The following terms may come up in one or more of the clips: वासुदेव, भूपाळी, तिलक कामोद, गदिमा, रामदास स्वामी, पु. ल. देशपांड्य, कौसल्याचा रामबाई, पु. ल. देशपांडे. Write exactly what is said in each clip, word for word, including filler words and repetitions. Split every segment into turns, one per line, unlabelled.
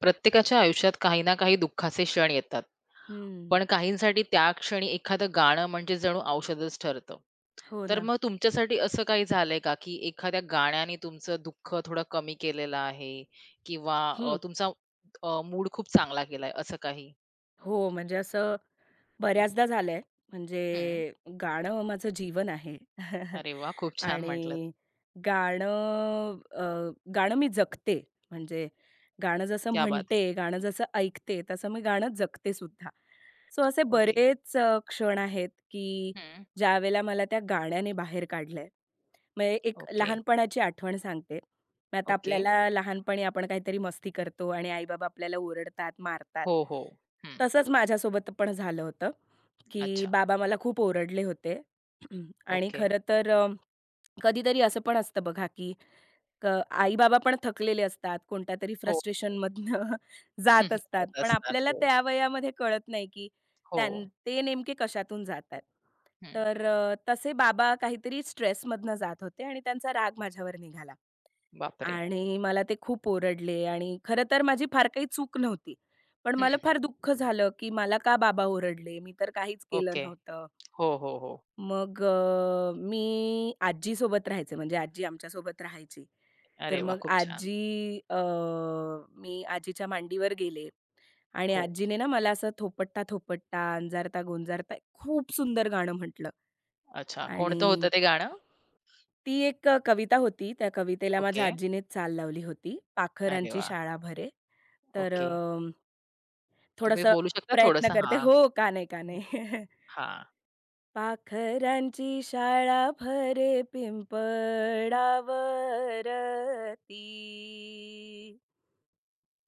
प्रत्येकाच्या आयुष्यात काही ना काही दुःखाचे क्षण येतात.
हं.
पण काहींसाठी त्या क्षणी एखादं गाणं म्हणजे जणू औषधच ठरतं.
हो
तर
ना.
मग तुमच्यासाठी असं काही झालंय का, की एखाद्या गाण्याने तुमचं दुःख थोडं कमी केलेलं आहे किंवा अ,
हं.
तुमचा मूड खूप चांगला केलाय असं काही?
हो, म्हणजे असं, बऱ्याचदा झालंय.
हं.
म्हणजे गाणं माझं जीवन आहे.
अरे वाह! खूप छान म्हटलत.
आणि गाणं अ, गाणं मी जगते. म्हणजे गाणं जसं
क्या बात है!
म्हणते, गाणं जसं ऐकते, तसं मी गाणं जगते सुद्धा. सो असे
ओके.
बरेच अ, क्षण आहेत, की
हं.
ज्यावेळेला मला त्या गाण्याने बाहेर काढलंय. म्हणजे एक
ओके,
लहानपणाची आठवण सांगते. मग आता
ओके.
आपल्याला लहानपणी आपण काहीतरी मस्ती करतो आणि आई आपल्याला ओरडतात, मारतात.
हो, हो. हं.
तसंच माझ्यासोबत पण झालं होतं. की
अच्छा.
बाबा मला खूप ओरडले होते. आणि
ओके.
खरं तर अ, कधीतरी असं पण असतं बघा, की क आई-बाबा पण थकलेले असतात. कोणत्या तरी
हो.
फ्रस्ट्रेशन फ्रस्ट्रेशनमधनं जात असतात.
जात
पण
असतात.
आपल्याला
हो.
त्या वयामध्ये कळत नाही, की
हो.
त्यां ते नेमके कशातून जातात.
हं.
तर अ, तसे बाबा काहीतरी स्ट्रेसमधनं जात होते आणि त्यांचा राग माझ्यावर निघाला.
बापरे!
आणि मला ते खूप ओरडले आणि खरं तर माझी फार काही चूक नव्हती. पण
हं,
मला
हं.
फार दुःख झालं, की मला का बाबा ओरडले? मी तर काहीच केलं
ओके.
नव्हतं.
हो, हो, हो.
मग अ, मी आजीसोबत राहायचे, म्हणजे आजी आमच्यासोबत राहायची. तर
अरे वाह!
मग
खूप छान.
आजी अ, मी आजीच्या मांडीवर गेले आणि
हो.
आजीने ना मला असं थोपटता, थोपटता, अंजारता, गोंजारता एक खूप सुंदर गाणं म्हटलं.
अच्छा,
आणि
कोणतं होतं ते गाणं?
ती एक अ, कविता होती. त्या कवितेला
ओके.
माझ्या आजीनेच चाल लावली होती.
अरे
पाखरांची
वाह!
शाळा भरे. तर अ,
ओके. तुम्ही
थोडंसं
बोलू शकता
प्रयत्न
थोडंसं?
करते.
हां.
हो, का नाही, का
हं.
नाही.
हां.
पाखरांची शाळा भरे पिंपळावरती.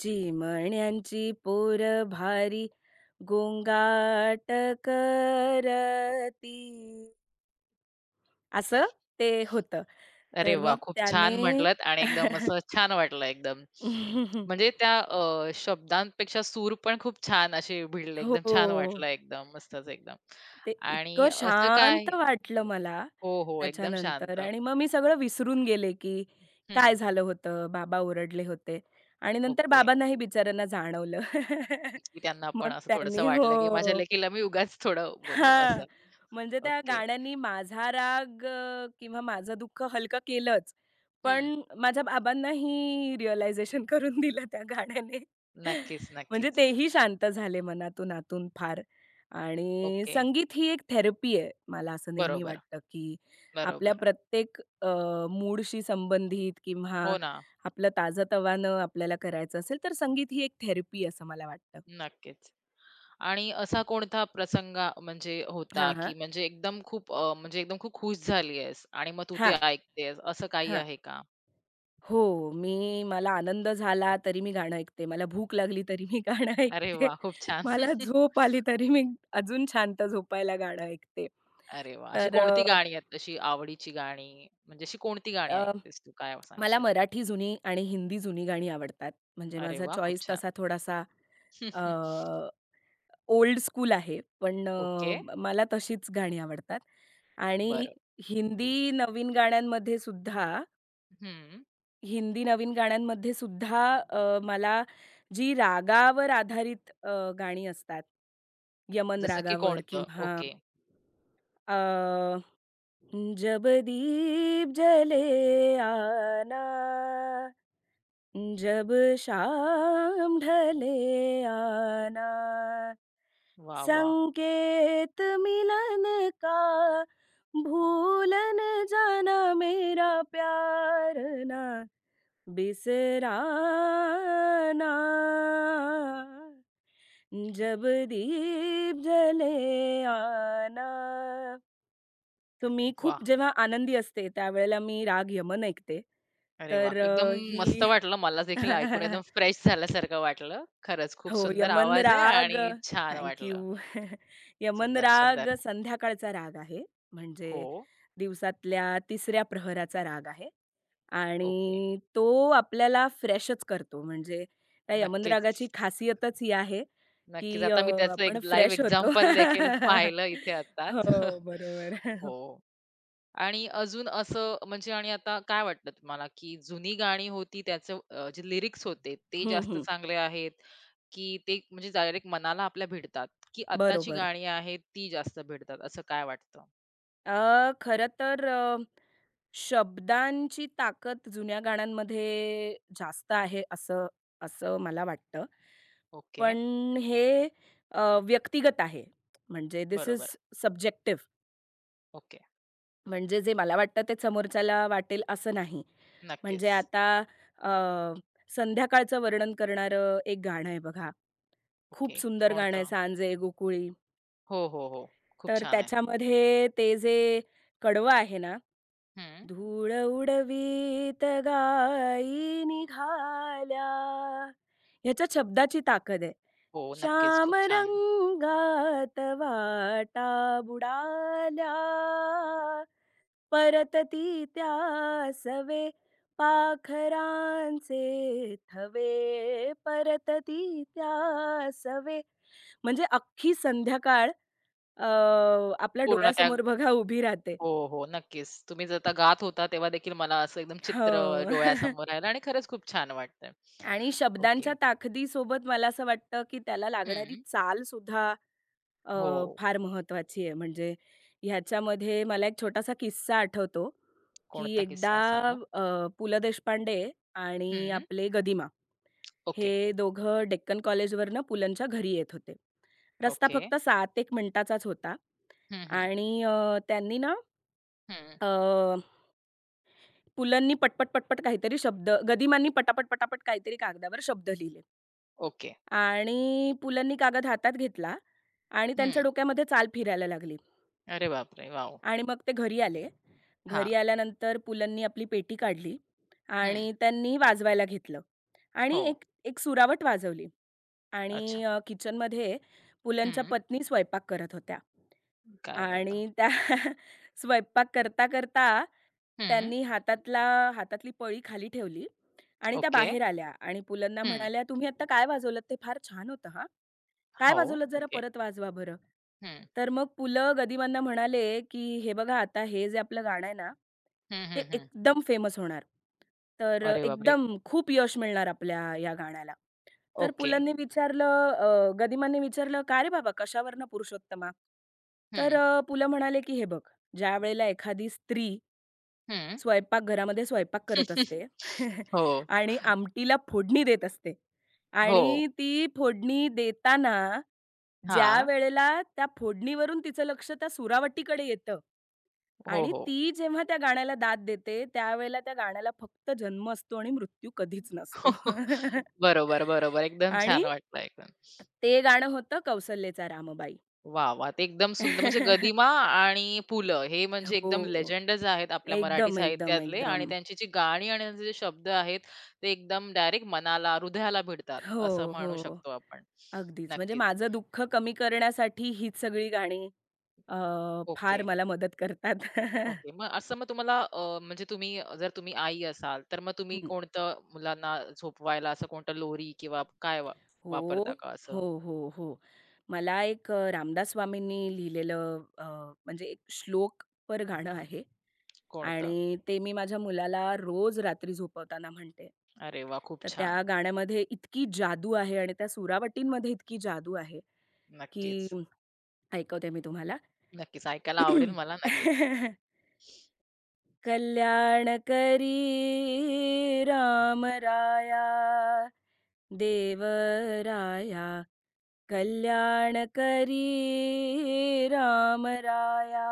चिमण्यांची पोरं भारी गोंगाट करती. असं ते होतं.
अरे
तर
वाह!
मग
खूप छान
त्याने
म्हटलत आणि एकदम असं छान वाटलं एकदम. म्हणजे त्या अ, शब्दांपेक्षा सूर पण खूप छान असे भिडले.
हो.
एकदम छान वाटलं एकदम. मस्तच एकदम.
ते
आणि
इतकं
असं काय
शांत वाटलं मला
हो, हो. एकदम
त्याच्यानंतर
शांत.
आणि मग मी सगळं विसरून गेले, की काय
हं.
झालं होतं, बाबा ओरडले होते आणि नंतर
ओके.
बाबांनाही बिचाऱ्यांना जाणवलं.
की त्यांना पण
मग
असं थोडंसं
त्यांनी
वाटलं, की माझ्या
हो.
लेकीला मी उगाच थोडं बोललो असं.
हां, म्हणजे त्या
ओके.
गाण्यांनी माझा राग अ, किंवा माझं दुःख हलकं केलंच.
हं.
पण माझ्या बाबांनाही रिअलायझेशन करून दिलं त्या गाण्याने.
नक्कीच,
म्हणजे
नक्कीच.
तेही शांत झाले मनातून आतून फार. आणि
ओके.
संगीत ही एक थेरपी आहे. मला असं नेहमी
बरोबर,
वाटतं, की आपल्या
बरोबर.
प्रत्येक अ, मूडशी संबंधित किंवा
हो ना.
आपलं ताजं आपल्याला करायचं असेल, तर संगीत ही एक थेरपी असं मला वाटतं.
नक्कीच. आणि असा कोणता प्रसंग म्हणजे होता,
हां, हां.
की म्हणजे एकदम खूप अ, म्हणजे एकदम खूप खुश झाली आहेस आणि मग तू ते
हां,
ऐकतेस असं काही
हां.
आहे का?
हो, मी मला आनंद झाला तरी मी गाणं ऐकते. मला भूक लागली तरी मी गाणं
अरे
ऐकते.
वाह! खूप छान.
मला झोप आली तरी मी अजून शांत झोपायला गाणं ऐकते.
अरे वाह! अशी
तर
कोणती
अ,
गाणी आहेत तशी आवडीची गाणी? म्हणजे अशी कोणती गाणी
अ,
ऐकतेस तू काय
मला
सांगशील?
मराठी जुनी आणि हिंदी जुनी गाणी आवडतात. म्हणजे
अरे
माझा
वाह! खूप
चॉईस
छान.
तसा थोडासा अ, ओल्ड स्कूल आहे. पण
ओके.
अ, मला तशीच गाणी आवडतात. आणि
बरं.
हिंदी नवीन गाण्यांमध्ये सुद्धा
हं.
हिंदी नवीन गाण्यांमध्ये सुद्धा अ, मला जी रागावर आधारित अ, गाणी असतात, यमन
जसं की
रागावर
कोणतं?
किंवा
ओके.
अ, जब दीप जले आना, जब शाम ढले आना,
वाह! वाह!
संकेत मिलन का, भूलन जाना मेरा प्यार ना. बिसराना जब दीप जले आना तर मी
वाह!
खूप जेव्हा आनंदी असते त्यावेळेला मी राग यमन ऐकते.
अरे वाह!
तर
एकदम
अ,
मस्त
ही
वाटलं. मला देखील ऐकून एकदम फ्रेश झाल्यासारखं वाटलं. खरंच खूप
हो,
सुंदर
यमन
आवाज आहे
राग
आणि छान
थँक
वाटलं.
यमन
सुंदर, सुंदर.
राग संध्याकाळचा राग आहे.
हो.
म्हणजे दिवसातल्या तिसऱ्या प्रहराचा राग आहे.
ओके.
आणि तो आपल्याला फ्रेशच करतो. म्हणजे त्या यमन रागाची
नक्कीच.
खासियतच ही आहे,
नक्कीच.
की अ,
आता मी त्याचं एक
आपण
लाईव्ह
फ्रेश होतो.
एक्झाम्पल देखील पाहिलं इथे आत्ताच.
हो, बरोबर.
हो. आणि अजून असं म्हणजे आणि आता काय वाटलं तुम्हाला, की जुनी गाणी होती त्याचं अ, जे लिरिक्स होते ते
हं,
जास्त
हं.
चांगले आहेत, की ते म्हणजे डायरेक्ट मनाला आपल्या भिडतात, की आत्ताची
बरोबर.
गाणी आहेत ती जास्त भिडतात असं काय वाटतं?
अ, खरं तर अ, शब्दांची ताकद जुन्या गाण्यांमध्ये जास्त आहे असं असं मला वाटतं.
ओके.
पण हे अ, व्यक्तिगत आहे. म्हणजे दिस इज
बरोबर.
सब्जेक्टिव्ह.
ओके.
म्हणजे जे मला वाटतं ते समोरच्याला वाटेल असं नाही. म्हणजे
नक्कीच.
आता अ, संध्याकाळचं वर्णन करणारं एक गाणं आहे बघा.
ओके.
खूप सुंदर गाणं आहे,
कोणतं?
"सांजे गोकुळी."
हो, हो, हो. खूप
तर
छान आहे.
त्याच्यामध्ये ते जे कडवं आहे ना,
हं.
धूळ उडवीत गायी निघाल्या. ह्याच्या शब्दाची ताकद आहे.
हो, नक्कीच. खूप
श्याम
छान.
रंगात वाटा बुडाल्या. परतती त्या सवे पाखरांचे थवे. परतती त्या सवे. म्हणजे अख्खी संध्याकाळ अ, आपल्या
पूर्ण त्या
डोळ्यासमोर बघा उभी राहते.
हो, हो. नक्कीच. तुम्ही जर आता गात होता तेव्हा देखील मला असं एकदम चित्र
हो.
डोळ्यासमोर राहिलं आणि खरंच खूप छान वाटतंय.
आणि
ओके.
शब्दांच्या ताकदीसोबत मला असं वाटतं, की त्याला लागणारी
हं.
चालसुद्धा अ,
हो.
फार महत्त्वाची आहे. म्हणजे ह्याच्यामध्ये मला एक छोटासा किस्सा आठवतो, की
कोणता
एकदा
किस्सा सांगा?
अ, पु. ल. देशपांडे आणि
हं.
आपले गदिमा
ओके,
हे दोघं डेक्कन कॉलेजवरनं पुलंच्या घरी येत होते. रस्ता
ओके.
फक्त सात एक मिनिटाचाच होता
हं, हं.
आणि अ, त्यांनी ना
हं.
अ, पुलंनी पटपट, पटपट काहीतरी शब्द गदिमांनी पटापट, पटापट काहीतरी कागदावर शब्द लिहिले.
ओके.
आणि पुलंनी कागद हातात घेतला आणि
हं.
त्यांच्या डोक्यामध्ये चाल फिरायला लागली
अरे बापरे! वॉव!
आणि मग ते घरी आले. घरी
हां.
आल्यानंतर पुलंनी आपली पेटी काढली
हं.
आणि त्यांनी वाजवायला घेतलं आणि
हो.
एक एक सुरावट वाजवली
अच्छा.
आणि अ, किचनमध्ये पुलंच्या
हं.
पत्नी स्वयंपाक करत होत्या
काय बोलता?
आणि त्या स्वयंपाक करता, करता
हं.
त्यांनी हातातला हातातली पळी खाली ठेवली आणि त्या
ओके.
बाहेर आल्या आणि पुलंना
हं.
म्हणाल्या, "तुम्ही आत्ता काय वाजवलत ते फार छान होतं हां." "काय
हो.
वाजवलं जरा
ओके.
परत वाजवा बरं."
हं.
तर मग पु ल गदिमांना म्हणाले, की "हे बघा आता हे जे आपलं गाणं आहे ना,
हं,
ते
हं, हं.
एकदम फेमस होणार. तर
अरे बापरे!
एकदम खूप यश मिळणार आपल्या या गाण्याला." तर पु
ओके.
लंनी विचारलं अ, गदिमांनी विचारलं, "का रे बाबा कशावरनं पुरुषोत्तमा?" तर
हं.
अ, पु ल म्हणाले, की "हे बघ, ज्यावेळेला एखादी स्त्री
हं.
स्वयंपाकघरामध्ये स्वयंपाक करत असते
हो.
आणि आमटीला फोडणी देत असते
हो.
आणि ती फोडणी देताना
हां.
ज्यावेळेला त्या फोडणीवरून तिचं लक्ष त्या सुरावटीकडे येतं
हो,
आणि
हो.
ती जेव्हा त्या गाण्याला दाद देते, त्यावेळेला त्या गाण्याला फक्त जन्म असतो आणि मृत्यू कधीच नसतो.
बरोबर, बरोबर. एकदम
आणि
छान वाटलं एकदम.
ते गाणं होतं कौसल्याचा रामबाई.
वाह! वाह! ते एकदम सुंदर म्हणजे गदिमा आणि पु. ल. हे म्हणजे
हो.
एकदम लेजेंडच आहेत आपल्या मराठी
एकदम, एकदम,
साहित्यातले आणि
एकदम.
त्यांची जी गाणी आणि त्यांचे जे शब्द आहेत, ते एकदम डायरेक्ट मनाला, हृदयाला भिडतात असं
हो,
म्हणू
हो.
शकतो आपण.
अगदीच. म्हणजे
नक्कीच.
माझं दुःख कमी करण्यासाठी हीच सगळी गाणी अ,
ओके,
फार मला मदत करतात.
ओके. मग असं मग तुम्हाला अ, म्हणजे तुम्ही जर तुम्ही आई असाल, तर मग तुम्ही
हं.
कोणतं मुलांना झोपवायला असं कोणतं लोरी किंवा काय वा वापरता
हो,
का
हो,
असं?
हो, हो. मला एक अ, रामदास स्वामींनी लिहिलेलं अ, म्हणजे एक श्लोकपर गाणं आहे
कोणतं?
आणि ते मी माझ्या मुलाला रोज रात्री झोपवताना म्हणते.
अरे वाह! खूप
तर त्या
छान.
गाण्यामध्ये इतकी जादू आहे आणि त्या सुरावटींमध्ये इतकी जादू आहे, की
नक्कीच,
ऐकवते मी तुम्हाला.
नक्कीच. ऐकायला आवडेल मला नक्कीच.
कल्याणकरी रामराया देवराया कल्याणकरी रामराया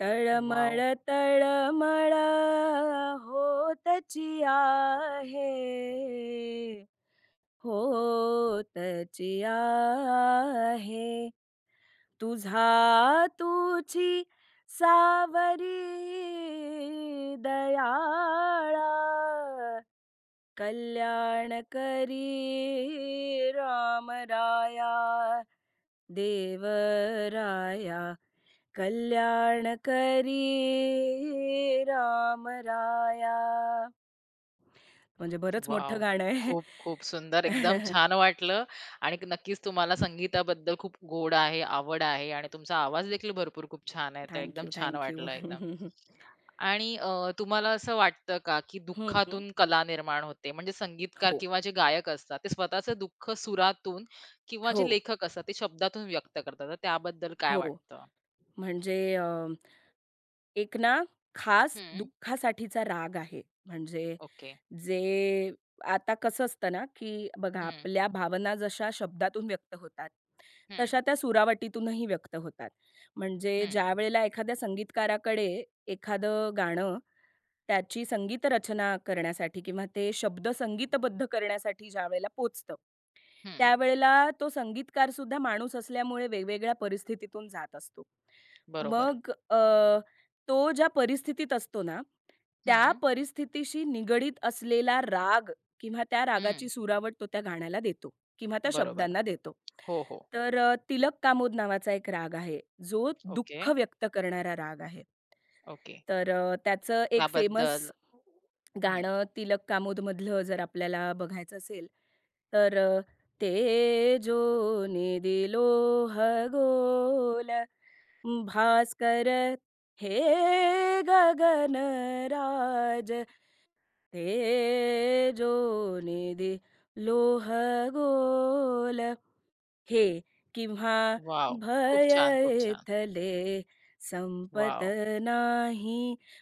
तळमळ
वॉव!
तळमळ होतची आहे होतची आहे तुझा तुझी सावरी दयाळा कल्याण करी राम राया देव राया कल्याण करी राम राया. म्हणजे बरंच
वॉव!
मोठं गाणं आहे.
खूप, खूप सुंदर. एकदम छान वाटलं आणि नक्कीच तुम्हाला संगीताबद्दल खूप गोड आहे, आवड आहे आणि तुमचा आवाज देखील भरपूर खूप छान आहे. तर
थँक
एकदम
यू,
छान वाटलं एकदम. आणि अ, तुम्हाला असं वाटतं का, की दुःखातून कला निर्माण होते? म्हणजे संगीतकार
हो,
किंवा जे गायक असतात, ते स्वतःचं दुःख सुरातून किंवा
हो,
जे लेखक असतात, ते शब्दातून व्यक्त करतात. तर त्याबद्दल काय
हो.
वाटतं?
म्हणजे अ एक ना खास
हं.
दुःखासाठीचा राग आहे. म्हणजे
ओके.
जे आता कसं असतं ना, की बघा
हं,
आपल्या भावना जशा शब्दातून व्यक्त होतात,
हं,
तशा त्या सुरावटीतूनही व्यक्त होतात. म्हणजे
हं,
ज्यावेळेला एखाद्या संगीतकाराकडे एखादं गाणं त्याची संगीत रचना करण्यासाठी किंवा ते शब्द संगीतबद्ध करण्यासाठी ज्यावेळेला पोहोचतं
हं.
त्यावेळेला तो संगीतकारसुद्धा माणूस असल्यामुळे वेगवेगळ्या परिस्थितीतून जात असतो.
बरोबर.
मग अ, तो ज्या परिस्थितीत असतो ना, त्या
हं,
परिस्थितीशी निगडीत असलेला राग किंवा त्या
हं.
रागाची सुरावट तो त्या गाण्याला देतो किंवा त्या
बरोबर.
शब्दांना देतो.
हो, हो.
तर अ, तिलक कामोद नावाचा एक राग आहे, जो
ओके.
दुःख व्यक्त करणारा राग आहे.
ओके.
तर अ, त्याचं एक फेमस
त्याबद्दल हं.
गाणं तिलक कामोदमधलं जर आपल्याला बघायचं असेल, तर अ, "तेजोने दिलो खगोल, भास्कर हे गगन राज, गगनराज, तेजोने दिलो खगोल." हे किंवा
वॉव! खूप
भय
छान, खूप छान.
इथले संपत
वॉव!
नाही.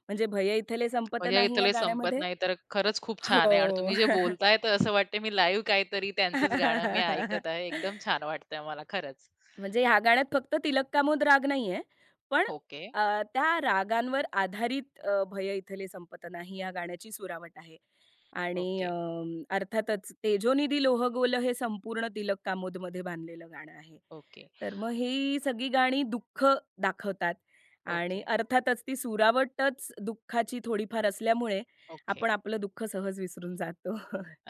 म्हणजे भय इथले संपत
म्हणजे
नाही
इथं
या
लय संपत
गाण्यामध्ये
नाही तर खरंच खूप छान
हो.
आहे आणि तुम्ही जे बोलताय तर असं वाटतंय मी लाईव्ह काहीतरी त्यांचंच गाणं मी ऐकत आहे. एकदम छान वाटतंय मला खरंच.
म्हणजे ह्या गाण्यात फक्त तिलक कामोद राग नाहीये. पण
ओके,
अ, त्या रागांवर आधारित अ, "भय इथले संपतना" ही या गाण्याची सुरावट आहे. आणि
ओके,
अ, अर्थातच "तेजोनिधी लोहगोल" हे संपूर्ण तिलक कामोदमध्ये बांधलेलं गाणं आहे.
ओके,
तर मग ही सगळी गाणी दुःख दाखवतात आणि
ओके,
अर्थातच ती सुरावटच दुःखाची थोडीफार असल्यामुळे
ओके.
आपण आपलं दुःख सहज विसरून जातो.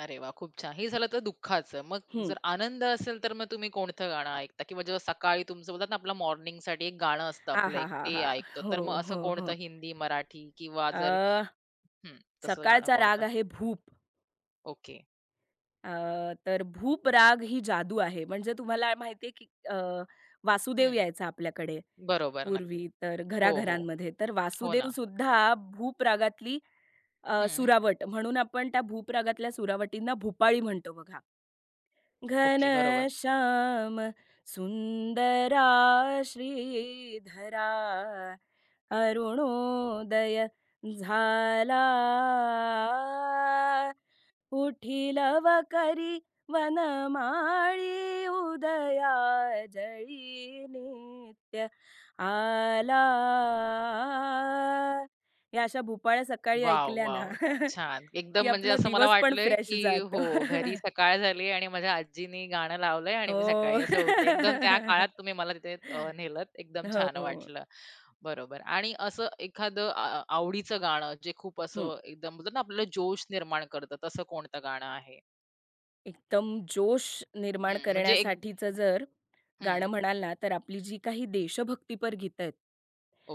अरे वाह! खूप छान. हे झालं तर दुःखाचं. मग जर आनंद असेल तर मग तुम्ही कोणतं गाणं ऐकता? किंवा जेव्हा सकाळी तुमचं बोलतात ना आपलं मॉर्निंगसाठी एक गाणं असतं आपलं एक
आहा-हा,
ते
आहाहाहा!
ऐकतो.
हो,
तर मग असं
हो, हो.
कोणतं हिंदी, मराठी किंवा
अ,
जर हं, तसं गाणं
सकाळचा राग
कोणतं?
आहे भूप.
ओके.
अ, तर भूप राग ही जादू आहे. म्हणजे तुम्हाला माहिती आहे, की अ, वासुदेव
हं,
यायचा आपल्याकडे
बरोबर नक्की.
पूर्वी तर
हो, हो.
घराघरांमध्ये. तर
हो
वासुदेव
ना.
वासुदेवसुद्धा भूप रागातली अ,
हं.
सुरावट म्हणून आपण त्या भूप रागातल्या सुरावटींना भूपाळी म्हणतो बघा.
ओके, बरोबर.
घनश्याम सुन्दरा श्रीधरा अरुणोदय झाला उठिलव करी वनमाळी उदया जळी नित्य आला. या अशा भोपाळ्या सकाळी
वॉव!
ऐकल्या ना
वॉव! छान. एकदम
की
म्हणजे
आपला
असं मला
दिवस पण
वाटलंय,
फ्रेश
की हो,
जातो.
घरी सकाळ झाली आणि माझ्या आजीनी गाणं लावलंय आणि मी
हो.
सकाळी असं उठते. एकदम त्या काळात तुम्ही मला तिथे अ, नेलत. एकदम
हो,
छान
हो.
वाटलं. बरोबर आणि असं एखादं आ आवडीचं गाणं जे खूप
हं.
असं एकदम बोलतात ना, आपल्याला जोश निर्माण करतं, तसं कोणतं गाणं आहे?
एकदम जोश निर्माण
हं, म्हणजे एक
करण्यासाठीचं जर गाणं
हं,
म्हणाल ना, तर आपली जी काही देशभक्तीपर गीतं आहेत.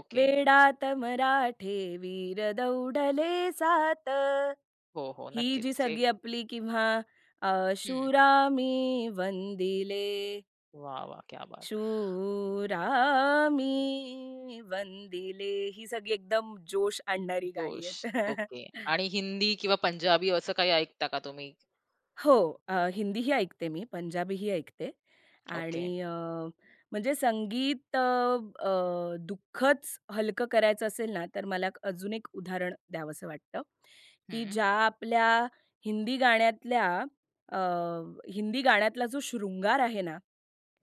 ओके.
वेडात मराठे वीर दौडले सात.
हो, हो.
ही जी
नक्कीच. हे
सगळी आपली किंवा अ,
हं.
शूरामी वंदिले,
वाह! वाह! क्या बात!
शूरामी वंदिले. ही सगळी एकदम जोश आणणारी गाणी
जोश.
आहेत.
ओके. आणि हिंदी किंवा पंजाबी असं काही ऐकता का तुम्ही?
हो. अ, हिंदीही ऐकते मी, पंजाबीही ऐकते
ओके.
आणि अ, म्हणजे संगीत अ, अ, दुःखच हलकं करायचं असेल ना, तर मला एक- अजून एक उदाहरण द्यावंसं वाटतं, की
हं.
ज्या आपल्या हिंदी गाण्यातल्या अ, हिंदी गाण्यातला जो शृंगार आहे ना,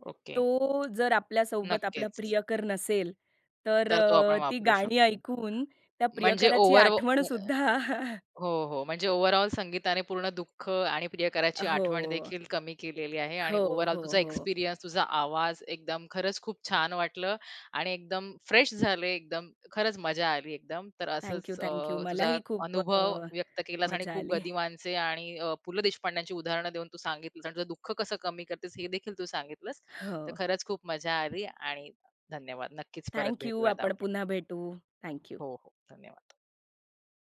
ओके.
तो जर आपल्यासोबत आपला
नक्कीच.
प्रियकर नसेल, तर
तर तो
अ,
आपण
ती
वापरू
गाणी
शकतो.
ऐकून त्या
म्हणजे
प्रियकराची
ओव्हर
आठवणसुद्धा.
हो, हो. म्हणजे ओव्हरऑल संगीताने पूर्ण दुःख आणि प्रियकराची
हो.
आठवण देखील कमी केलेली आहे आणि
हो,
ओव्हरऑल
हो,
तुझा
हो.
एक्सपिरियन्स, तुझा आवाज एकदम खरंच खूप छान वाटलं आणि एकदम फ्रेश झाले, एकदम खरंच मजा आली एकदम. तर
थँक यू,
असंच
थँक यू.
अ, तुझा
मलाही खूप
अनुभव
अ,
व्यक्त केलास आणि
मजा
खूप
आली.
गदिमांचे आणि अ, पु. ल. देशपांड्यांची उदाहरणं देऊन तू सांगितलंस आणि तुझं दुःख कसं कमी करतेस हे देखील तू सांगितलंस.
हो.
तर खरंच खूप मजा आली आणि धन्यवाद. नक्कीच परत
थँक
भेटूयात
आपण
आपण.
पुन्हा भेटू. थँक
हो, हो. धन्यवाद.